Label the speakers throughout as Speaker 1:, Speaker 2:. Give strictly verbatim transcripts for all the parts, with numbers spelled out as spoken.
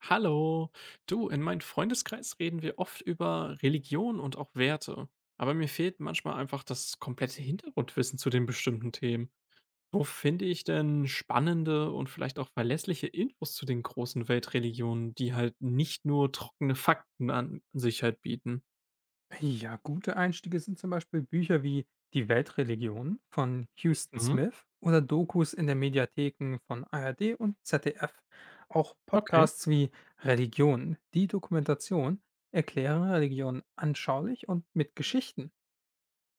Speaker 1: Hallo, du, in meinem Freundeskreis reden wir oft über Religion und auch Werte, aber mir fehlt manchmal einfach das komplette Hintergrundwissen zu den bestimmten Themen. Wo finde ich denn spannende und vielleicht auch verlässliche Infos zu den großen Weltreligionen, die halt nicht nur trockene Fakten an sich halt bieten?
Speaker 2: Ja, gute Einstiege sind zum Beispiel Bücher wie Die Weltreligionen von Houston
Speaker 1: Mhm.
Speaker 2: Smith oder Dokus in der Mediatheken von A R D und Z D F. Auch
Speaker 1: Okay.
Speaker 2: Podcasts wie Religion, die Dokumentation, erklären Religion anschaulich und mit Geschichten.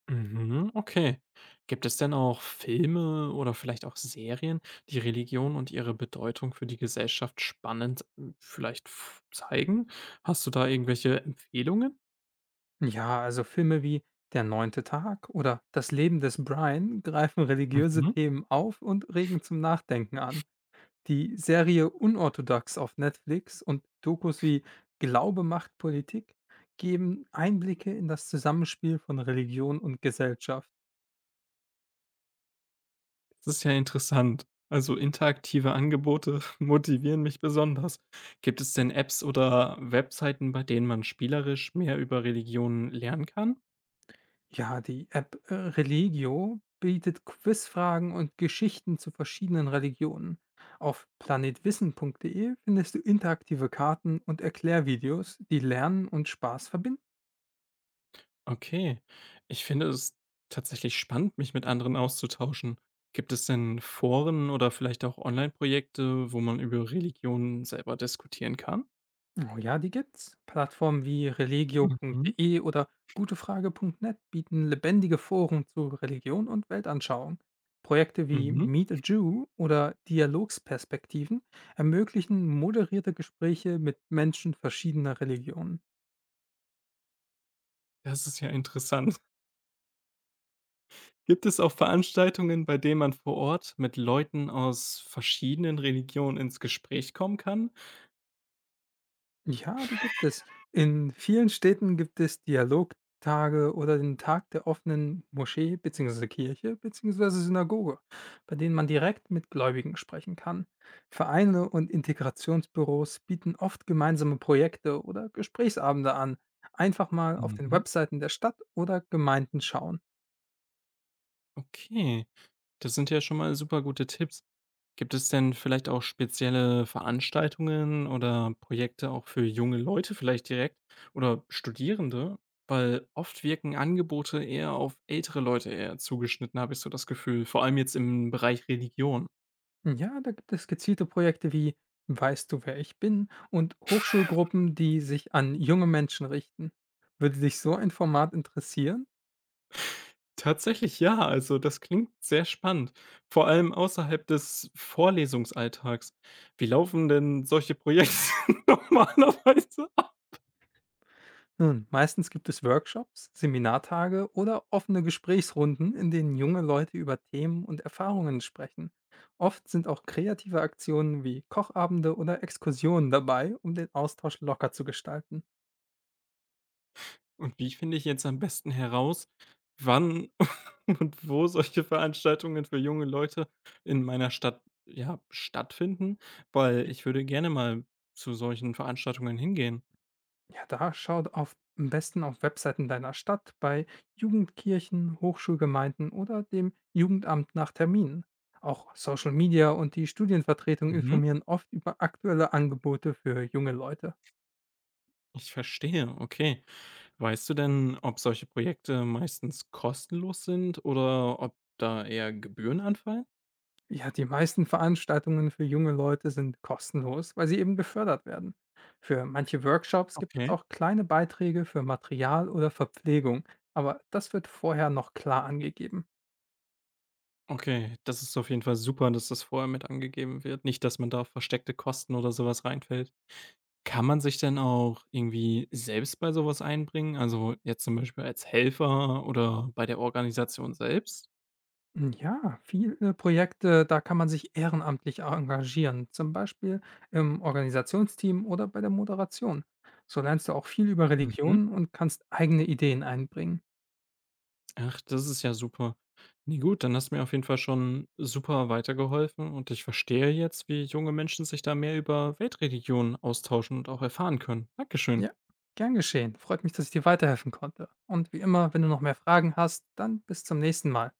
Speaker 1: Mhm, okay. Gibt es denn auch Filme oder vielleicht auch Serien, die Religion und ihre Bedeutung für die Gesellschaft spannend, hm, vielleicht f zeigen? Hast du da irgendwelche Empfehlungen?
Speaker 2: Ja, also Filme wie Der neunte Tag oder Das Leben des Brian greifen religiöse
Speaker 1: Mhm,
Speaker 2: Themen auf und regen zum Nachdenken an. Die Serie „Unorthodox" auf Netflix und Dokus wie „Glaube macht Politik" geben Einblicke in das Zusammenspiel von Religion und Gesellschaft.
Speaker 1: das ist ja interessant. Also, interaktive Angebote motivieren mich besonders. Gibt es denn Apps oder Webseiten, bei denen man spielerisch mehr über Religionen lernen kann?
Speaker 2: Ja, die App äh, Religio bietet Quizfragen und Geschichten zu verschiedenen Religionen. Auf planetwissen.de findest du interaktive Karten und Erklärvideos, die Lernen und Spaß verbinden.
Speaker 1: Okay. Ich finde es tatsächlich spannend, mich mit anderen auszutauschen. Gibt es denn Foren oder vielleicht auch Online-Projekte, wo man über Religionen selber diskutieren kann?
Speaker 2: Oh ja, die gibt's. Plattformen wie
Speaker 1: Mhm.
Speaker 2: religio.de oder gutefrage punkt net bieten lebendige Foren zu Religion und Weltanschauung. Projekte wie
Speaker 1: Mhm.
Speaker 2: Meet a Jew oder Dialogsperspektiven ermöglichen moderierte Gespräche mit Menschen verschiedener Religionen.
Speaker 1: Das ist ja interessant. Gibt es auch Veranstaltungen, bei denen man vor Ort mit Leuten aus verschiedenen Religionen ins Gespräch kommen kann?
Speaker 2: Ja, die gibt es. In vielen Städten gibt es Dialogtage oder den Tag der offenen Moschee bzw. Kirche bzw. Synagoge, bei denen man direkt mit Gläubigen sprechen kann. Vereine und Integrationsbüros bieten oft gemeinsame Projekte oder Gesprächsabende an. Einfach mal auf den
Speaker 1: Mhm.
Speaker 2: Webseiten der Stadt oder Gemeinden schauen.
Speaker 1: Okay. Das sind ja schon mal super gute Tipps. Gibt es denn vielleicht auch spezielle Veranstaltungen oder Projekte auch für junge Leute vielleicht direkt oder Studierende? Weil oft wirken Angebote eher auf ältere Leute eher zugeschnitten, habe ich so das Gefühl, vor allem jetzt im Bereich Religion.
Speaker 2: Hm, ja, da gibt es gezielte Projekte wie Weißt du, wer ich bin? Und Hochschulgruppen, die sich an junge Menschen richten. Würde dich so ein Format interessieren?
Speaker 1: Tatsächlich ja, also das klingt sehr spannend, vor allem außerhalb des Vorlesungsalltags. Wie laufen denn solche Projekte normalerweise?
Speaker 2: Nun, meistens gibt es Workshops, Seminartage oder offene Gesprächsrunden, in denen junge Leute über Themen und Erfahrungen sprechen. Oft sind auch kreative Aktionen wie Kochabende oder Exkursionen dabei, um den Austausch locker zu gestalten.
Speaker 1: Und wie finde ich jetzt am besten heraus, wann und wo solche Veranstaltungen für junge Leute in meiner Stadt, ja, stattfinden? Weil ich würde gerne mal zu solchen Veranstaltungen hingehen.
Speaker 2: Ja, da schaut auf, am besten auf Webseiten deiner Stadt, bei Jugendkirchen, Hochschulgemeinden oder dem Jugendamt nach Terminen. Auch Social Media und die Studienvertretung
Speaker 1: Mhm.
Speaker 2: informieren oft über aktuelle Angebote für junge Leute.
Speaker 1: Ich verstehe, okay. Weißt du denn, ob solche Projekte meistens kostenlos sind oder ob da eher Gebühren anfallen?
Speaker 2: Ja, die meisten Veranstaltungen für junge Leute sind kostenlos, weil sie eben gefördert werden. Für manche Workshops gibt es
Speaker 1: Okay.
Speaker 2: auch kleine Beiträge für Material oder Verpflegung, aber das wird vorher noch klar angegeben.
Speaker 1: Okay, das ist auf jeden Fall super, dass das vorher mit angegeben wird. Nicht, dass man da auf versteckte Kosten oder sowas reinfällt. Kann man sich denn auch irgendwie selbst bei sowas einbringen? Also, jetzt zum Beispiel als Helfer oder bei der Organisation selbst?
Speaker 2: Hm, ja, viele Projekte, da kann man sich ehrenamtlich engagieren, zum Beispiel im Organisationsteam oder bei der Moderation. So lernst du auch viel über
Speaker 1: Mhm.
Speaker 2: Religionen und kannst eigene Ideen einbringen.
Speaker 1: Ach, das ist ja super. Ne, gut, dann hast du mir auf jeden Fall schon super weitergeholfen und ich verstehe jetzt, wie junge Menschen sich da mehr über Weltreligionen austauschen und auch erfahren können. Dankeschön.
Speaker 2: Ja, gern geschehen. Freut mich, dass ich dir weiterhelfen konnte. Und wie immer, wenn du noch mehr Fragen hast, dann bis zum nächsten Mal.